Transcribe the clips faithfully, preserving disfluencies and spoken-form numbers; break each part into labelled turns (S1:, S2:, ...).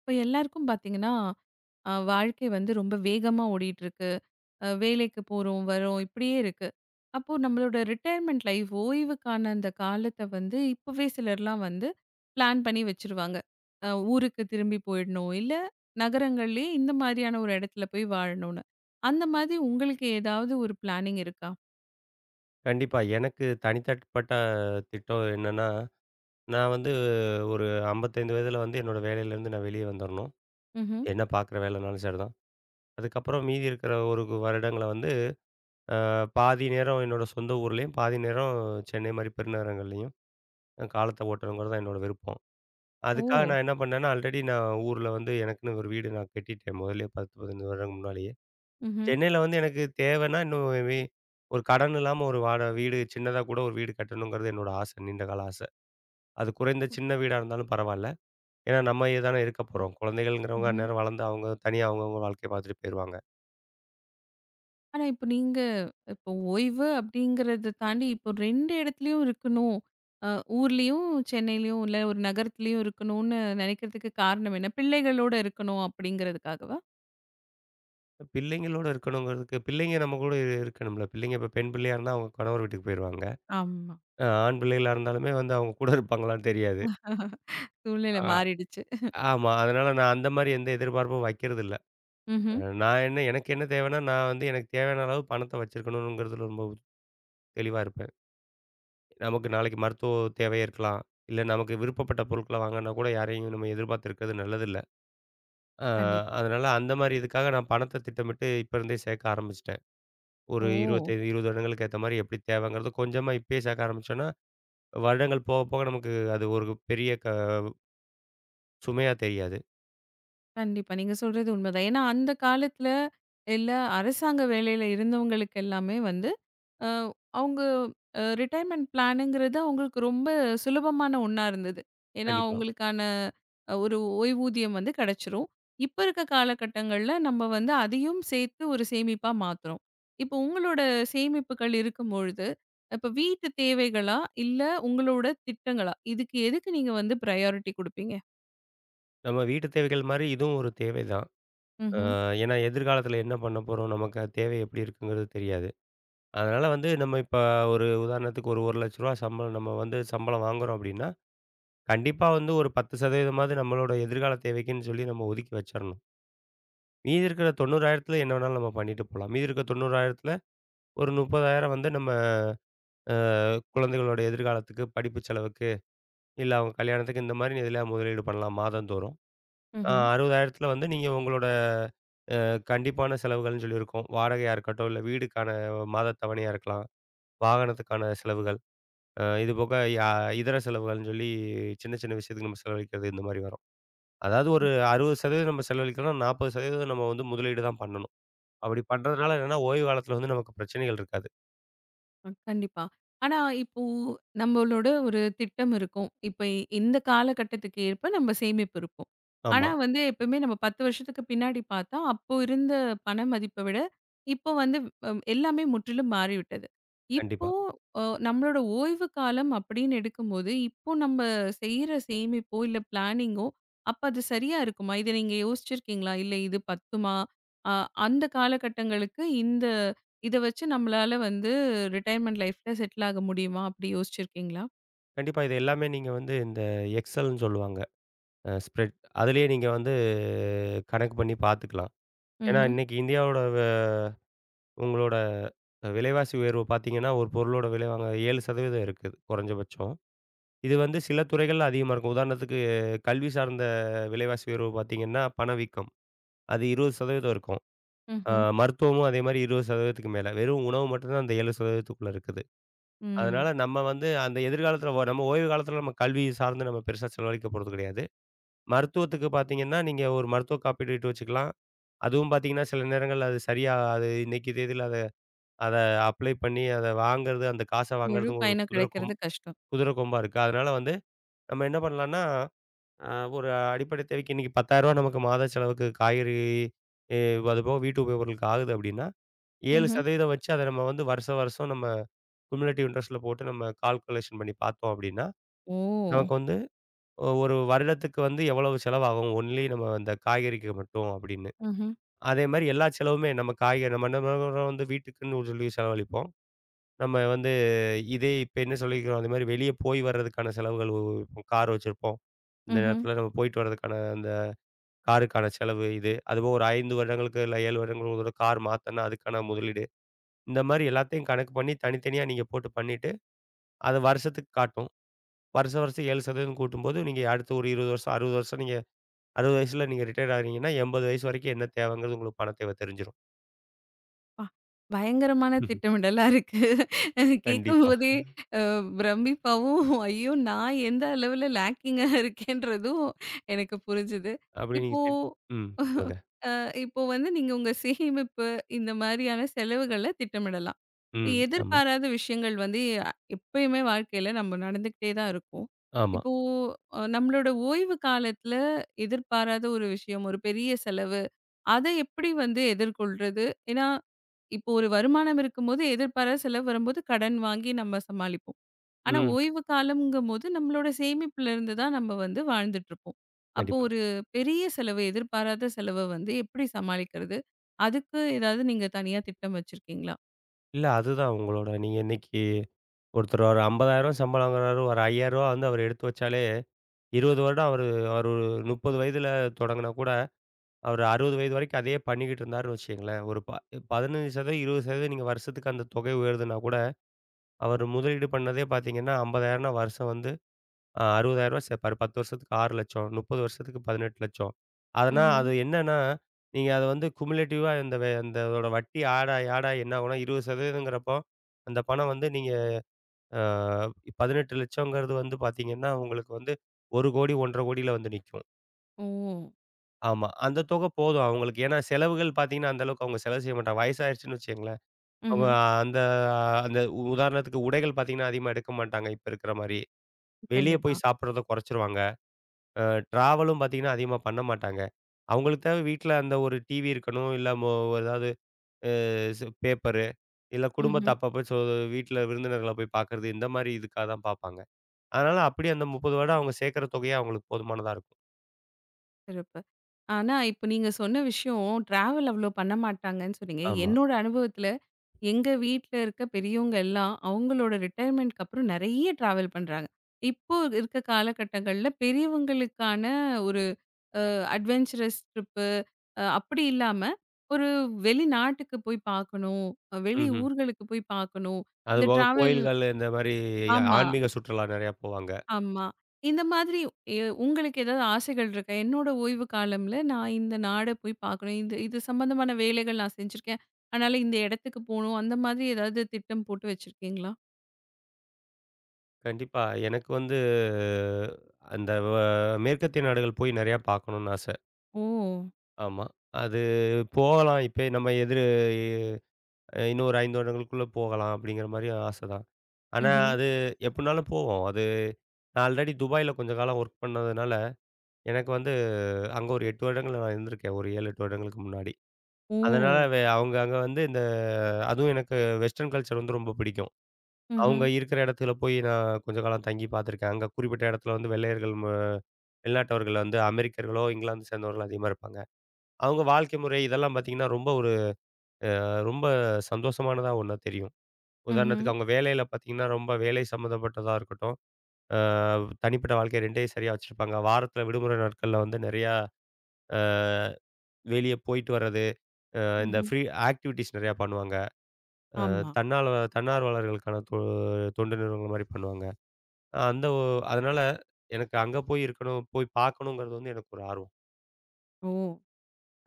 S1: இப்போ எல்லாருக்கும் பார்த்தீங்கன்னா, அ வாழ்க்கை வந்து ரொம்ப வேகமா ஓடிட்டுருக்கு. அ வேலைக்கு போறோம், வரோம் இப்படியே இருக்கு. அப்போ நம்மளோட ரிட்டயர்மெண்ட் லைஃப் ஓய்வுக்கான அந்த காலத்த வந்து இப்பவே சிலர்லாம் வந்து பிளான் பண்ணி வச்சுருவாங்க. அ ஊருக்கு திரும்பி போயிடணும், இல்ல நகரங்கள்லயே இந்த மாதிரியான ஒரு இடத்துல போய் வாழணும்னு. அந்த மாதிரி உங்களுக்கு ஏதாவது ஒரு பிளானிங் இருக்கா?
S2: கண்டிப்பா. எனக்கு தனித்தட்பட்ட திட்டம் என்னன்னா, நான் வந்து ஒரு ஐம்பத்தி ஐந்து வயதில வந்து என்னோட வேலையிலேருந்து நான் வெளிய வந்துரணும்.
S1: ம்ஹ்ம்.
S2: என்ன பார்க்குற வேலைனாலும் சரிதான். அதுக்கப்புறம் மீதி இருக்கிற ஒரு வருடங்கள வந்து, அ பாதி நேரம் என்னோட சொந்த ஊர்லயும், பாதி நேரம் சென்னை மாரி பெருநகரங்கள்லயும் காலத்த ஓட்டணுங்கிறது தான் என்னோட விருப்பம்.
S1: ஓ!
S2: அதுக்காக நான் என்ன பண்ணேன்னா, ஆல்ரெடி நான் ஊர்ல வந்து எனக்குன்னு ஒரு வீடு நான் கட்டிட்டேன். முதல்லயே பத்து, பதினைந்து வருடங்களுக்கு முன்னாலயே.
S1: ம்ஹ்ம்.
S2: சென்னையில வந்து எனக்கு தேவைன்னா இன்னும் வி ஒரு கடன் இல்லாம ஒரு வாட வீடு சின்னதா கூட ஒரு வீடு கட்டணுங்கிறது என்னோட ஆசை. நீண்ட கால ஆசை. அது குறைந்த சின்ன வீடா இருந்தாலும் பரவாயில்ல. ஏன்னா நம்ம தானே இருக்க போறோம். குழந்தைகள்ங்கிறவங்க அந்நேரம் வளர்ந்து அவங்க தனியா அவங்கவங்க வாழ்க்கைய பார்த்துட்டு போயிருவாங்க.
S1: ஆனா, இப்ப நீங்க இப்போ ஓய்வு அப்படிங்கிறத தாண்டி, இப்போ இரண்டு இடத்துலயும் இருக்கணும். அ ஊர்லயும், சென்னையிலயும் இல்ல ஒரு நகரத்திலயும் இருக்கணும்னு நினைக்கிறதுக்கு காரணம் என்ன? பிள்ளைகளோட இருக்கணும் அப்படிங்கிறதுக்காகவா?
S2: பிள்ளைங்களோட இருக்கணுங்கிறதுக்கு பிள்ளைங்க நம்ம கூட இரு- இருக்கணும்ல. பிள்ளைங்க இப்ப பெண் பிள்ளையா இருந்தா அவங்க கணவர் வீட்டுக்கு போயிருவாங்க.
S1: ஆமா.
S2: அ ஆண் பிள்ளைகளா இருந்தாலுமே வந்து அவங்க கூட இருப்பாங்களான்னு தெரியாது.
S1: சூழ்நிலை
S2: ஆ.
S1: மாறிடுச்சு.
S2: ஆமா. அதனால நான் அந்த மாரி எந்த எதிர்பார்ப்பும் வைக்கிறதில்ல. அ
S1: ம்ஹ்ம்.
S2: நான் என்ன எனக்கு என்ன தேவைன்னா, நான் வந்து எனக்கு தேவையான அளவு பணத்த வச்சிருக்கணுங்கிறதுல ரொம்ப தெளிவா இருப்பேன். நமக்கு நாளைக்கு மருத்துவ தேவை இருக்கலாம். இல்ல நமக்கு விருப்பப்பட்ட பொருட்கள வாங்கணும்னா கூட யாரையும் நம்ம எதிர்பார்த்து இருக்கிறது நல்லதில்ல. அ
S1: கண்டிப்பா.
S2: அதனால அந்த மாரி இதுக்காக நான் பணத்த திட்டமிட்டு இப்ப இருந்தே சேர்க்க ஆரம்பிச்சுட்டேன். ஒரு
S1: ஓ!
S2: இருபத்தி ஐந்து இருபது வருடங்களுக்கு ஏத்த மாரி எப்படி தேவைங்கிறது கொஞ்சமா இப்பயே சேர்க்க ஆரம்பிச்சோம்னா, வருடங்கள் போக போக நமக்கு அது ஒரு பெரிய க சுமையா தெரியாது.
S1: கண்டிப்பா. நீங்க சொல்றது உண்மைதான். ஏன்னா, அந்த காலத்துல இல்ல அரசாங்க வேலையில இருந்தவங்களுக்கு எல்லாமே வந்து அ அவங்க அ ரிட்டயர்மெண்ட் பிளானுங்கிறது அவங்களுக்கு ரொம்ப சுலபமான ஒண்ணா இருந்தது. ஏன்னா,
S2: கண்டிப்பா.
S1: அவங்களுக்கான அ ஒரு ஓய்வூதியம் வந்து கிடைச்சிரும். இப்ப இருக்க காலகட்டங்கள்ல நம்ம வந்து அதையும் சேர்த்து ஒரு சேமிப்பா மாத்துறோம். இப்போ உங்களோட சேமிப்புகள் இருக்கும்பொழுது, இப்ப வீட்டு தேவைகளா? இல்ல உங்களோட திட்டங்களா? இதுக்கு எதுக்கு நீங்க வந்து ப்ரையாரிட்டி குடுப்பீங்க?
S2: நம்ம வீட்டு தேவைகள் மாரி இதுவும் ஒரு தேவை தான். அ
S1: ம்ஹ்ம்.
S2: ஏன்னா எதிர்காலத்தில என்ன பண்ண போறோம்? நமக்கு அது தேவை எப்படி இருக்குங்கிறது தெரியாது. அதனால வந்து நம்ம இப்ப ஒரு உதாரணத்துக்கு ஒரு ரூ. ஒரு லட்சம் சம்பளம் நம்ம வந்து சம்பளம் வாங்குறோம் அப்படின்னா, கண்டிப்பா வந்து ஒரு பத்து சதவீதம் மாவது நம்மளோட எதிர்கால தேவைக்குன்னு சொல்லி நம்ம ஒதுக்கி வச்சிரணும். மீதி இருக்கிற 90,000த்துல என்ன வேணாலும் நம்ம பண்ணிட்டு போலாம். மீதி இருக்கிற 90,000த்துல ஒரு முப்பதாயிரம் வந்து நம்ம அ குழந்தைகளோட எதிர்காலத்துக்கு, படிப்பு செலவுக்கு, இல்ல அவங்க கல்யாணத்துக்கு இந்த மாரி எதுலயா முதலீடு பண்ணலாம் மாதந்தோறும். அ
S1: ம்ஹ்ம்.
S2: 60,000த்துல வந்து நீங்க உங்களோட அ கண்டிப்பான செலவுகள்னு சொல்லியிருக்கோம். வாடகையா இருக்கட்டும், இல்ல வீடுக்கான மாத தவணையா இருக்கலாம். வாகனத்துக்கான செலவுகள். அ இது போக யா இதர செலவுகள்னு சொல்லி சின்ன சின்ன விஷயத்துக்கு நம்ம செலவழிக்கிறது இந்த மாரி வரும். அதாவது ஒரு அறுபது சதவீதம் நம்ம செலவழிக்கிறோம்னா, நாற்பது சதவீதம் நம்ம வந்து முதலீடு தான் பண்ணணும். அப்படி பண்றதுனால என்னன்னா, ஓய்வு காலத்துல வந்து நமக்கு பிரச்சனைகள் இருக்காது.
S1: அ கண்டிப்பா. ஆனா இப்போ நம்மளோட ஒரு திட்டம் இருக்கும். இப்ப இ- இந்த காலகட்டத்துக்கு ஏற்ப நம்ம சேமிப்பு இருக்கும்.
S2: ஆமா,
S1: ஆனா வந்து எப்பவுமே நம்ம பத்து வருஷத்துக்கு பின்னாடி பார்த்தா, அப்போ இருந்த பண மதிப்ப விட இப்போ வந்து அ எல்லாமே முற்றிலும் மாறிவிட்டது. இப்போ
S2: கண்டிப்பா.
S1: அ நம்மளோட ஓய்வு காலம் அப்படின்னு எடுக்கும்போது, இப்போ நம்ம செய்ற சேமிப்போ, இல்ல பிளானிங்கோ அப்ப அது சரியா இருக்குமா? இத நீங்க யோசிச்சிருக்கீங்களா? இல்ல இது பத்துமா? அ அந்த காலகட்டங்களுக்கு இந்த இத வச்சு நம்மளால வந்து ரிட்டயர்மென்ட் லைஃப்ல செட்டில் ஆக முடியுமா? அப்படி யோசிச்சிருக்கீங்களா?
S2: கண்டிப்பா இது எல்லாமே நீங்க வந்து இந்த எக்ஸல்ன்னு சொல்லுவாங்க. அ ஸ்ப்ரெட் அதிலேயே நீங்க வந்து கணக்கு பண்ணி பார்த்துக்கலாம். ஏன்னா,
S1: ம்ஹ்ம்.
S2: இன்னைக்கு இந்தியாவோட வ உங்களோட விலைவாசி உயர்வு பார்த்தீங்கன்னா, ஒரு பொருளோட விலை வாங்க ஏழு சதவீதம் இருக்குது குறைஞ்சபட்சம். இது வந்து சில துறைகள்ல அதிகமா இருக்கும். உதாரணத்துக்கு கல்வி சார்ந்த விலைவாசி உயர்வு பார்த்தீங்கன்னா, பணவீக்கம். அது இருபது சதவீதம் இருக்கும். அ
S1: ம்ஹ்ம்.
S2: மருத்துவமும் அதே மாரி இருபது சதவீதத்துக்கு க்கு மேல. வெறும் உணவு மட்டும் தான் அந்த ஏழு சதவீதத்துக்குள்ள க்குள்ள இருக்குது. அதனால
S1: ம்.
S2: நம்ம வந்து அந்த எதிர்காலத்துல ஒ நம்ம ஓய்வு காலத்துல நம்ம கல்வி சார்ந்து நம்ம பெருசா செலவழிக்க போறது கிடையாது. மருத்துவத்துக்கு பார்த்தீங்கன்னா, நீங்க ஒரு மருத்துவ காப்பீடுட்டு வச்சுக்கலாம். அதுவும் பார்த்தீங்கன்னா, சில நேரங்கள்ல அது சரியா அது இன்னைக்கு தேதியில அத அத அப்ளை பண்ணி அத வாங்குறது, அந்த காச
S1: முழு
S2: வாங்குறதும் ஒரு
S1: பயணம்
S2: குதிரை கொம்
S1: கிடைக்கிறது கஷ்டம்.
S2: குதிரை கொம்பா இருக்கு. அதனால வந்து நம்ம என்ன பண்ணலாம்னா, அ ஒரு அடிப்படை தேவைக்கு இன்னைக்கு ரூ. பத்தாயிரம் நமக்கு மாத செலவுக்கு காய்கறி, எ அதுபோக வீட்டு உபயோகங்களுக்கு ஆகுது அப்டின்னா,
S1: ம்ஹ்ம்.
S2: ஏழு சதவீதம் வச்சு அத நம்ம வந்து வருஷம் வருஷம் நம்ம குமுலேட்டிவ் இன்ட்ரெஸ்ட்ல போட்டு நம்ம கால்குலேஷன் பண்ணி பார்த்தோம் அப்டின்னா
S1: ஓ!
S2: நமக்கு வந்து ஒரு வருடத்துக்கு வந்து எவ்வளவு செலவாகும் ஒன்லி நம்ம அந்த காய்கறிக்கு மட்டும் அப்படின்னு.
S1: ம்ஹ்ம்.
S2: அதே மாரி எல்லா செலவுமே நம்ம காய்கறி நம்ம என்ன பண்ணுறோம் வந்து வீட்டுக்குன்னு ஒரு சொல்லி செலவழிப்போம். நம்ம வந்து இதே இப்ப என்ன சொல்லிக்கிறோம் அதே மாரி வெளிய போய் வர்றதுக்கான செலவுகள் இப்போ கார் வச்சிருப்போம். இந்த
S1: ம்ஹ்ம்.
S2: நேரத்தில நம்ம போயிட்டு வர்றதுக்கான அந்த காருக்கான செலவு இது. அதுபோக ஒரு ஐந்து வருடங்களுக்கு இல்ல ஏழு வருடங்களுக்கு ஒரு தடவ கார் மாத்தன்னா அதுக்கான முதலீடு. இந்த மாரி எல்லாத்தையும் கணக்கு பண்ணி தனித்தனியா நீங்க போட்டு பண்ணிட்டு, அது வருஷத்துக்கு காட்டும். வருஷம் வருஷம் ஏழு சதவீதம் கூட்டும்போது நீங்க அடுத்து ஒரு இருபது வருஷம், அறுபது வருஷம் நீங்க அறுபது வயசுல நீங்க ரிட்டயர்ட் ஆகுறீங்கன்னா, எண்பது வயசு வரைக்கும் என்ன தேவைங்கிறது உங்களுக்கு பண தேவை தெரிஞ்சிரும்.
S1: அப்பா! பயங்கரமான திட்டமிடலா இருக்கு.
S2: கண்டிப்பா.
S1: கேட்கும்போதே பிரமிப்பாவும், ஐயோ! நான் எந்த அளவுல லேக்கிங்கா இருக்கேன்றதும் எனக்கு புரிஞ்சுது.
S2: அப்படி நீங்க
S1: இப்போ
S2: திட் ம். சொல்லுங்க.
S1: அ இப்போ வந்து நீங்க உங்க சேமிப்பு, இந்த மாதிரியான செலவுகள திட்டமிடலாம். இப்ப
S2: ம். ஆமா,
S1: எதிர்பாராத விஷயங்கள் வந்து அ எப்பயுமே வாழ்க்கையில நம்ம நடந்துக்கிட்டே தான் இருக்கும்.
S2: ஆமா.
S1: இப்போ அ நம்மளோட ஓய்வு காலத்துல எதிர்பாராத ஒரு விஷயம், ஒரு பெரிய செலவு, அத எப்படி வந்து எதிர்கொள்றது? ஏன்னா, இப்போ ஒரு வருமானம் இருக்கும்போது எதிர்பாராத செலவு வரும்போது கடன் வாங்கி நம்ம சமாளிப்போம். ஆனா
S2: ம்.
S1: ஓய்வு காலம்ங்கும்போது நம்மளோட சேமிப்புல இருந்து தான் நம்ம வந்து வாழ்ந்துட்டு இருப்போம். அப்போ
S2: கண்டிப்பா.
S1: ஒரு பெரிய செலவு, எதிர்பாராத செலவ வந்து எப்படி சமாளிக்கிறது? அதுக்கு ஏதாவது நீங்க தனியா திட்டம் வச்சிருக்கீங்களா?
S2: இல்ல அதுதான் உங்களோட நீங்க இன்னைக்கு ஒருத்தர் ஒரு ரூ. ஐம்பதாயிரம் சம்பளம் வாங்குறாரு. ஒரு ரூ. ஐயாயிரம் வந்து அவர் எடுத்து வச்சாலே இருபது வருடம் அவரு அவரு முப்பது வயதுல தொடங்குனா கூட, அவர் அறுபது வயது வரைக்கும் அதையே பண்ணிக்கிட்டு இருந்தாருன்னு வச்சுக்கங்களேன், ஒரு ப பதினைந்து சதவீதம் இருபது சதவீதம் நீங்க வருஷத்துக்கு அந்த தொகை உயருதுன்னா கூட, அவர் முதலீடு பண்ணதே பார்த்தீங்கன்னா, 50,000ன்னா வருஷம் வந்து ஆ ரூ. அறுபதாயிரம் சேர்ப்பாரு. பத்து வருஷத்துக்கு ஆறு லட்சம் முப்பது வருஷத்துக்கு பதினெட்டு லட்சம் ஆனா,
S1: ம்ஹ்ம்.
S2: அது என்னன்னா, நீங்க அத வந்து குமுலேட்டிவா இந்த வே இந்த இதோட வட்டி ஆட, ஆட என்ன ஆகும்னா இருபது சதவீதம் ங்கிறப்போ, அந்த பணம் வந்து நீங்க ஆ பதினெட்டு லட்சம்ங்கிறது வந்து பார்த்தீங்கன்னா, உங்களுக்கு வந்து ஒரு கோடி ஒன்றரை கோடியில வந்து நிக்கும்.
S1: ஓ!
S2: ஆமா. அந்த தொகை போதும் அவங்களுக்கு. ஏன்னா செலவுகள் பார்த்தீங்கன்னா, அந்த அளவுக்கு அவங்க செலவு செய்ய மாட்டாங்க. வயசாயிருச்சுன்னு வச்சுக்கங்களேன். அவங்க
S1: ம்ஹ்ம்.
S2: அந்த அந்த உ- உதாரணத்துக்கு உடைகள் பார்த்தீங்கன்னா, அதிகமா எடுக்க மாட்டாங்க, இப்ப இருக்கிற மாரி. வெளிய
S1: கண்டிப்பா.
S2: போய் சாப்பிடுறத குறைச்சிருவாங்க. அ ட்ராவலும் பார்த்தீங்கன்னா, அதிகமா பண்ண மாட்டாங்க. அவங்களுக்கு தேவை வீட்ல அந்த ஒரு டிவி இருக்கணும். இல்ல மொ ஏதாவது அ ஸ் பேப்பரு, இல்ல குடும்பத்த
S1: ம்ஹ்ம்.
S2: அப்பப்ப சொ வீட்ல விருந்தினர்கள போய் பார்க்கறது, இந்த மாரி இதுக்காக தான் பார்ப்பாங்க. அதனால அப்படியே அந்த முப்பது வருடம் அவங்க சேர்க்கிற தொகையே அவங்களுக்கு போதுமானதா இருக்கும்.
S1: சிறப்பு. ஆனா, இப்ப நீங்க சொன்ன விஷயம் டிராவல் அவ்ளோ பண்ண மாட்டாங்கன்னு சொன்னீங்க.
S2: ஆமா.
S1: என்னோட அனுபவத்துல எங்க வீட்ல இருக்க பெரியவங்க எல்லாம் அவங்களோட ரிட்டயர்மென்ட்க்கு அப்புறம் நெறைய டிராவல் பண்றாங்க. இப்போ இருக்க காலகட்டங்கள்ல பெரியவங்களுக்கான ஒரு அட்வென்ச்சரஸ் ட்ரிப்பு அ அப்படி இல்லாம, ஒரு வெளிநாட்டுக்கு போய் பார்க்கணும், அஹ் வெளி
S2: ம்ஹ்ம்.
S1: ஊர்களுக்கு போய் பார்க்கணும். இந்த
S2: அதுபோக
S1: டிராவல்
S2: கோயில்கள் இந்த மாரி
S1: ஆமா,
S2: ஆன்மீக சுற்றுலா நெறையா போவாங்க.
S1: ஆமா. இந்த மாதிரி எ உங்களுக்கு ஏதாவது ஆசைகள் இருக்கா? என்னோட ஓய்வு காலம்ல நான் இந்த நாட போய் பார்க்கணும். இது இது சம்பந்தமான வேலைகள் நான் செஞ்சிருக்கேன். அதனால இந்த இடத்துக்கு போணும். அந்த மாதிரி ஏதாவது திட்டம் போட்டு வச்சிருக்கீங்களா?
S2: கண்டிப்பா எனக்கு வந்து அந்த வ மேற்கத்திய நாடுகள் போய் நெறையா பார்க்கணும்னு ஆசை.
S1: ஓ!
S2: ஆமா. அது போகலாம். இப்பயே நம்ம எதிர் அ இன்னும் ஒரு ஐந்து வருடங்களுக்குள்ள போகலாம் அப்படிங்கிற மாரி ஆசை தான். ஆனா
S1: ம்ஹ்ம்.
S2: அது எப்படினாலும் போவோம். அது நான் ஆல்ரெடி துபாயில கொஞ்ச காலம் ஒர்க் பண்ணதுனால, எனக்கு வந்து அங்க ஒரு எட்டு வருடங்கள் நான் இருந்திருக்கேன். ஒரு ஏழு, எட்டு வருடங்களுக்கு முன்னாடி.
S1: ஓ!
S2: அதனால வே அவங்க அங்க வந்து இந்த அதுவும் எனக்கு வெஸ்டர்ன் கல்ச்சர் வந்து ரொம்ப பிடிக்கும்.
S1: ம்ஹ்ம்.
S2: அவங்க இருக்கிற இடத்துல போய் நான் கொஞ்ச காலம் தங்கி பார்த்துருக்கேன். அங்க குறிப்பிட்ட இடத்துல வந்து வெள்ளையர்கள் ம வெளிநாட்டவர்கள் வந்து அமெரிக்கர்களோ, இங்கிலாந்து சேர்ந்தவர்களோ அதிகமா இருப்பாங்க. அவங்க வாழ்க்கை முறை இதெல்லாம் பார்த்தீங்கன்னா, ரொம்ப ஒரு ரொம்ப சந்தோஷமானதா ஒண்ணா தெரியும்.
S1: ம்ஹ்ம்.
S2: உதாரணத்துக்கு அவங்க வேலையில பார்த்தீங்கன்னா, ரொம்ப வேலை சம்மந்தப்பட்டதா இருக்கட்டும், அ தனிப்பட்ட வாழ்க்கை 2யும் சரியா வச்சிருப்பாங்க. வாரத்தில விடுமுறை நாட்கள்ல வந்து நெறையா அ வெளிய போயிட்டு வர்றது, அ
S1: ம்ஹ்ம்.
S2: இந்த
S1: ம்ஹ்ம்.
S2: ஃப்ரீ ஆக்டிவிட்டீஸ் நெறையா பண்ணுவாங்க. அ
S1: ஆமா.
S2: தன்னால்வ தன்னார்வலர்களுக்கான தொ தொண்டு நிறுவனங்கள் மாரி பண்ணுவாங்க. அஹ் அந்த ஒ அதனால எனக்கு அங்க போய் இருக்கணும், போய் பார்க்கணுங்கிறது வந்து எனக்கு ஒரு ஆர்வம்.
S1: ஓ!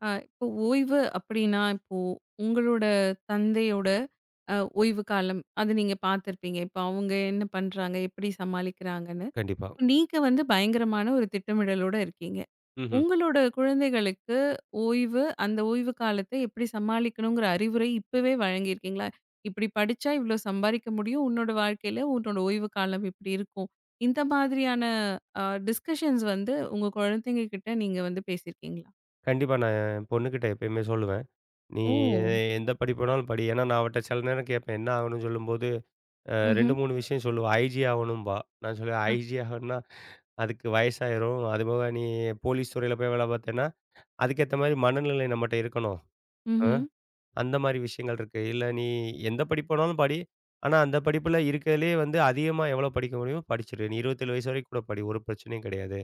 S1: ஆ, இப்போ ஓய்வு அப்படின்னா, இப்போ உங்களோட தந்தையோட அ ஓய்வு காலம், அது நீங்க பார்த்துருப்பீங்க. இப்போ அவங்க என்ன பண்றாங்க? எப்படி சமாளிக்கிறாங்கன்னு.
S2: கண்டிப்பா.
S1: நீங்க வந்து பயங்கரமான ஒரு திட்டமிடலோட இருக்கீங்க.
S2: ம்ஹ்ம்.
S1: உங்களோட குழந்தைகளுக்கு ஓய்வு, அந்த ஓய்வு காலத்தை எப்படி சமாளிக்கணுங்கிற அறிவுரை இப்பவே வழங்கியிருக்கீங்களா? "இப்படி படிச்சா இவ்ளோ சம்பாரிக்க முடியும். உன்னோட வாழ்க்கையில உன்னோட ஓய்வு காலம் இப்படி இருக்கும்." இந்த மாதிரியான அ டிஸ்கஷன்ஸ் வந்து உங்க குழந்தைங்க கிட்ட நீங்க வந்து பேசியிருக்கீங்களா?
S2: கண்டிப்பா நான் என் பொண்ணுகிட்ட எப்பயுமே சொல்லுவேன். "நீ
S1: ஓ!
S2: எந்த படிப்பு வேணாலும் படி." ஏன்னா நான் அவட்ட சில நேரம் கேட்பேன், "என்ன ஆகணும்னு?" சொல்லும்போது அ ரெண்டு,
S1: ம்ஹ்ம்.
S2: மூணு விஷயம் சொல்லுவா. ஐ ஜி ஆகணும்பா. நான் சொல்லுவேன்,
S1: அ.
S2: ஐ ஜி ஆகணும்னா அதுக்கு வயசாயிரும். அதுபோக நீ போலீஸ் துறையில போய் வேலை பார்த்தேன்னா, அதுக்கேத்த மாரி மனநிலை நம்மட்ட இருக்கணும். அ
S1: ம்ஹ்ம்.
S2: அந்த மாரி விஷயங்கள் இருக்கு. இல்ல நீ எந்த படிப்பு வேணாலும் படி. ஆனா அந்த படிப்புல இருக்கிறதுலயே வந்து அதிகமா எவ்வளோ படிக்க முடியுமோ படிச்சிரு. நீ இருபத்தி ஏழு வயசு வரைக்கும் கூட படி. ஒரு பிரச்சனையும் கிடையாது.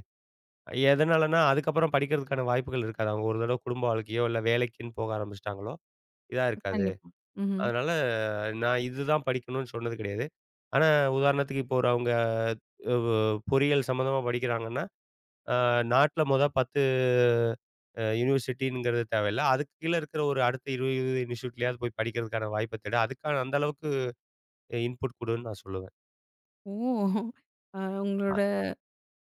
S2: எதனாலன்னா, அதுக்கப்புறம் படிக்கிறதுக்கான வாய்ப்புகள் இருக்காது. அவங்க ஒரு தடவ குடும்ப வாழ்க்கையோ, இல்ல வேலைக்குன்னு போக ஆரம்பிச்சுட்டாங்களோ, இதா இருக்காது.
S1: கண்டிப்பா. ம்ஹ்ம்.
S2: அதனால நான் இதுதான் படிக்கணும்னு சொன்னது கிடையாது. ஆனா உதாரணத்துக்கு இப்போ ஒரு அவங்க வ் பொறியியல் சம்மந்தமா படிக்கிறாங்கன்னா, அ நாட்ல மொத பத்து அ யூனிவர்சிட்டிங்கிறது தேவையில்ல. அதுக்கு கீழ இருக்கிற ஒரு அடுத்த இருபது, இருபது இன்ஸ்டிடியூட்லயாவது போய் படிக்கிறதுக்கான வாய்ப்ப தேடு. அதுக்கான அந்த அளவுக்கு இன்புட் குடுன்னு நான் சொல்லுவேன்.
S1: ஓ! அ
S2: அ
S1: உங்களோட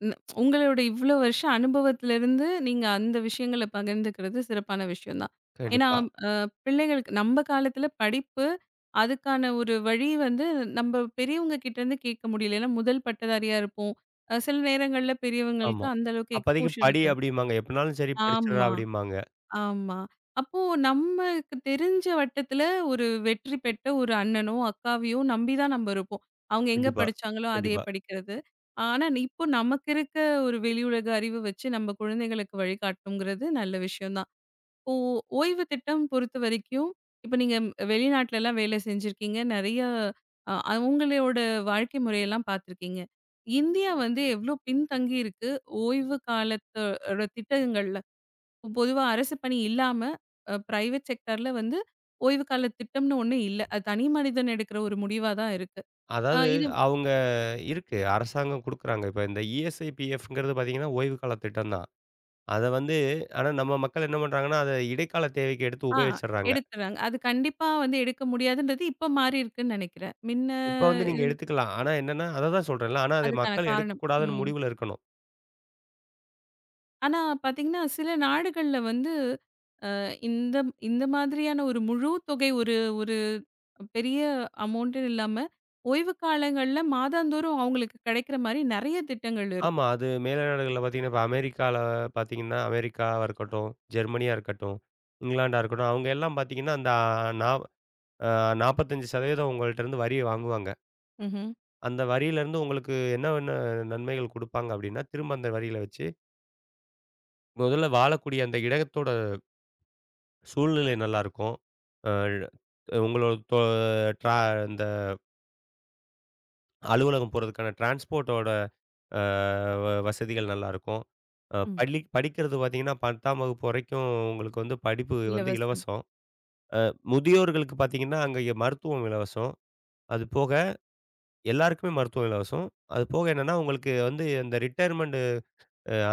S1: ந உங்களோட இவ்ளோ வருஷ அனுபவத்திலருந்து நீங்க அந்த விஷயங்கள பகிர்ந்துக்கிறது சிறப்பான விஷயம் தான். ஏன்னா,
S2: கண்டிப்பா.
S1: அ பிள்ளைகளுக்கு நம்ப காலத்துல படிப்பு, அதுக்கான ஒரு வழி வந்து நம்ப பெரியவங்க கிட்டேருந்து கேட்க முடியல. ஏன்னா, முதல் பட்டதாரியா இருப்போம். அ சில நேரங்கள்ல பெரியவங்களுக்கு
S2: ஆமா.
S1: அந்த அளவுக்கு
S2: அப்பதைக்கு
S1: எக்ஸ்போஷர்
S2: படி
S1: இருக்காது.
S2: அப்டிம்பாங்க. எப்டினாலும் சரி படிச்சிடுறா
S1: ஆமா.
S2: அப்டிம்பாங்க.
S1: ஆமா. அப்போ நமக்கு தெரிஞ்ச வட்டத்துல ஒரு வெற்றி பெற்ற ஒரு அண்ணனோ, அக்காவையோ நம்பி தான் நம்ம இருப்போம். அவங்க எங்க
S2: கண்டிப்பா,
S1: படிச்சாங்களோ அதையே
S2: கண்டிப்பா.
S1: படிக்கிறது. ஆனா, நீ- இப்போ நமக்கு இருக்க ஒரு வெளியுலக அறிவு வச்சு நம்ம குழந்தைகளுக்கு வழிகாட்டணுங்கிறது நல்ல விஷயம் தான். இப்போ ஓய்வு திட்டம் பொறுத்தவரைக்கும், இப்ப நீங்க வெளிநாட்லலாம் வேலை செஞ்சிருக்கீங்க. நெறைய அ அவங்களோட வாழ்க்கை முறையெல்லாம் பார்த்துருக்கீங்க. இந்தியா வந்து எவ்ளோ பின்தங்கி இருக்கு ஓய்வு காலத்தோட திட்டங்கள்ல? பொதுவா அரசு பணி இல்லாம, அ பிரைவேட் செக்டார்ல வந்து ஓய்வு கால திட்டம்னு ஒண்ணு இல்ல. அது தனி மனிதன் எடுக்கிற ஒரு முடிவா தான் இருக்கு. அ
S2: அதாவது
S1: இது
S2: அவங்க இருக்கு அரசாங்கம் குடுக்குறாங்க. இப்ப இந்த இ எஸ் ஐ, பி எஃப்ங்கிறது பார்த்தீங்கன்னா, ஓய்வு கால திட்டம் தான். அத வந்து ஆனா நம்ம மக்கள் என்ன பண்றாங்கன்னா, அத இடைக்கால தேவைக்கு எடுத்து
S1: ஆ
S2: உபயோகிச்சுடுறாங்க.
S1: எடுத்துறாங்க. அது கண்டிப்பா வந்து எடுக்க முடியாதுன்றது இப்ப மாறி இருக்குன்னு நெனைக்கிறேன். மின்ன
S2: இப்ப வந்து நீங்க
S1: இருந்
S2: எடுத்துக்கலாம். ஆனா என்னன்னா, அத தான் சொல்றேன்ல. ஆனா அத
S1: அதுக்கான
S2: மக்கள்
S1: காரணம்.
S2: எடுக்கக்கூடாதுன்னு
S1: ம்.
S2: முடிவுல இருக்கணும்.
S1: ஆனா பாத்தீங்கன்னா, சில நாடுகள்ல வந்து அ இந்த இந்த மாதிரியான ஒரு முழு தொகை ஒரு ஒரு பெரிய அமௌண்ட்ன்னு இல்லாம, ஓய்வு காலங்கள்ல மாதாந்தோறும் அவங்களுக்கு கிடைக்கிற மாரி நெறைய திட்டங்கள்
S2: ஆமா.
S1: இருக்கும்.
S2: அது மேல நாடுகள்ல பார்த்தீங்கன்னா, இப்ப அமெரிக்கால பார்த்தீங்கன்னா, அமெரிக்காவா இருக்கட்டும், ஜெர்மனியா இருக்கட்டும், இங்கிலாண்டா இருக்கட்டும், அவங்க எல்லாம் பார்த்தீங்கன்னா, அந்த நா அ நாற்பத்தி ஐந்து சதவீதம் உங்கள்ட்டருந்து வரிய வாங்குவாங்க.
S1: ம்ஹ்ம்.
S2: அந்த வரியிலருந்து உங்களுக்கு என்னென்ன நன்மைகள் குடுப்பாங்க அப்டின்னா, திரும்ப அந்த வரியில வச்சு முதல்ல வாழக்கூடிய அந்த இடத்தோட சூழ்நிலை நல்லாயிருக்கும். அ உங்களோட தொ ட்ரா இந்த அலுவலகம் போறதுக்கான டிரான்ஸ்போர்ட்டோட அ வ வசதிகள் நல்லாயிருக்கும். அ
S1: ஆமா.
S2: பள்ளி படிக்கிறது பார்த்தீங்கன்னா, பத்தாம் வகுப்பு வரைக்கும் உங்களுக்கு வந்து படிப்பு வந்து
S1: இலவசம்.
S2: இலவசம். அ முதியோர்களுக்கு பார்த்தீங்கன்னா, அங்க மருத்துவம் இலவசம். அது போக எல்லாருக்குமே மருத்துவம் இலவசம். அது போக என்னன்னா, உங்களுக்கு வந்து அந்த ரிட்டயர்மெண்ட்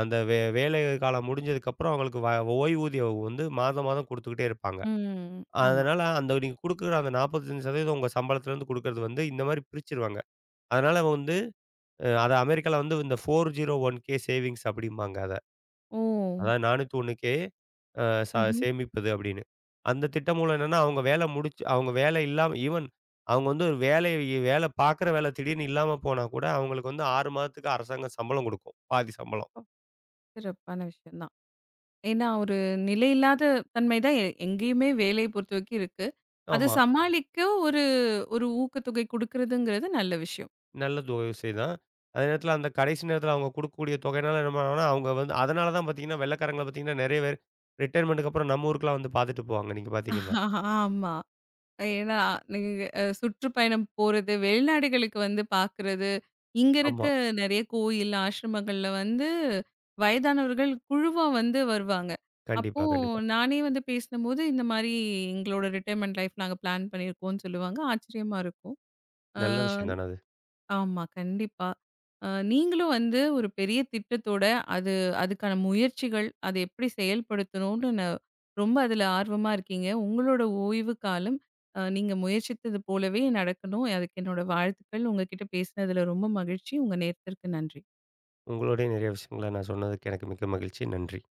S2: அந்த வே வேலை காலம் முடிஞ்சதுக்கப்புறம் அவங்களுக்கு வ ஓய்வூதியம் வந்து மாதம் மாதம் குடுத்துக்கிட்டே இருப்பாங்க.
S1: ம். ஆமா.
S2: அதனால அந்த நீங்க குடுக்குற அந்த நாற்பத்தி ஐந்து சதவீதம் உங்க சம்பளத்துலருந்து குடுக்குறது வந்து இந்த மாரி பிரிச்சுருவாங்க. அதனால வந்து அ அத அமெரிக்கால வந்து இந்த நாலு ஒன் கே சேவிங்ஸ் அப்படிம்பாங்க அத.
S1: ஓ!
S2: அதாவது நாலு ஒன் கே அ ச
S1: ம்ஹ்ம்.
S2: சேமிப்பது அப்படின்னு. அந்த திட்டம் மூலம் என்னன்னா, அவங்க வேலை முடிச்சு அவங்க வேலை இல்லாம ஈவன் அவங்க வந்து ஒரு வேலைய வேலை பாக்குற வேலை திடீர்னு இல்லாம போனா கூட, அவங்களுக்கு வந்து ஆறு மாதத்துக்கு அரசாங்கம் சம்பளம் குடுக்கும். பாதி சம்பளம்.
S1: ஓ! சிறப்பான விஷயம் தான். ஏன்னா, ஒரு நிலையில்லாத தன்மை தான் எ எங்கேயுமே வேலைய பொறுத்தவரைக்கும் இருக்கு. அத
S2: ஆமா.
S1: சமாளிக்க ஒரு ஒரு ஊக்கத்தொகை குடுக்குறதுங்கிறது நல்ல விஷயம்.
S2: நல்லது ஒரு விஷயந்தான். அதே நேரத்தில அந்த கடைசி நேரத்தில அவங்க குடுக்கக்கூடிய தொகையினால என்ன பண்ணுவாங்கன்னா, அவங்க வந்து அதனால தான் பார்த்தீங்கன்னா, வெள்ளைக்காரங்கள பார்த்தீங்கன்னா, நெறைய பேர் ரிட்டயர்மென்ட்க்கு அப்புறம் நம்ம ஊருக்குலாம் வந்து பார்த்துட்டு போவாங்க, நீங்க பார்த்தீங்கன்னா.
S1: ஆமா. ஏன்னா, நீங்க அ சுற்றுப்பயணம் போறது, வெளிநாடுகளுக்கு வந்து பாக்குறது, இங்க இருக்க
S2: ஆமா.
S1: நெறைய கோயில், ஆசிரமங்கள்ல வந்து வயதானவர்கள் குழுவா வந்து வருவாங்க. அப்போ
S2: கண்டிப்பா, கண்டிப்பா.
S1: நானே வந்து பேசினம்போது, இந்த மாரி எங்களோட ரிட்டயர்மென்ட் லைஃப் நாங்க பிளான் பண்ணியிருக்கோம்னு சொல்லுவாங்க. ஆச்சரியமா இருக்கும். ஆ
S2: நல்ல விஷயம் தானே அது.
S1: ஆமா, கண்டிப்பா. அ நீங்களும் வந்து ஒரு பெரிய திட்டத்தோட, அது அதுக்கான முயற்சிகள், அதை எப்படி செயல்படுத்தணும்னு ந ரொம்ப அதில ஆர்வமா இருக்கீங்க. உங்களோட ஓய்வு காலம், அ நீங்க முயற்சித்தது போலவே நடக்கணும். அதுக்கு என்னோட வாழ்த்துக்கள். உங்க கிட்ட பேசினதில ரொம்ப மகிழ்ச்சி. உங்க நேரத்திற்கு நன்றி.
S2: உங்களோடய நெறைய விஷயங்கள நான் சொன்னதுக்கு எனக்கு மிக்க மகிழ்ச்சி. நன்றி.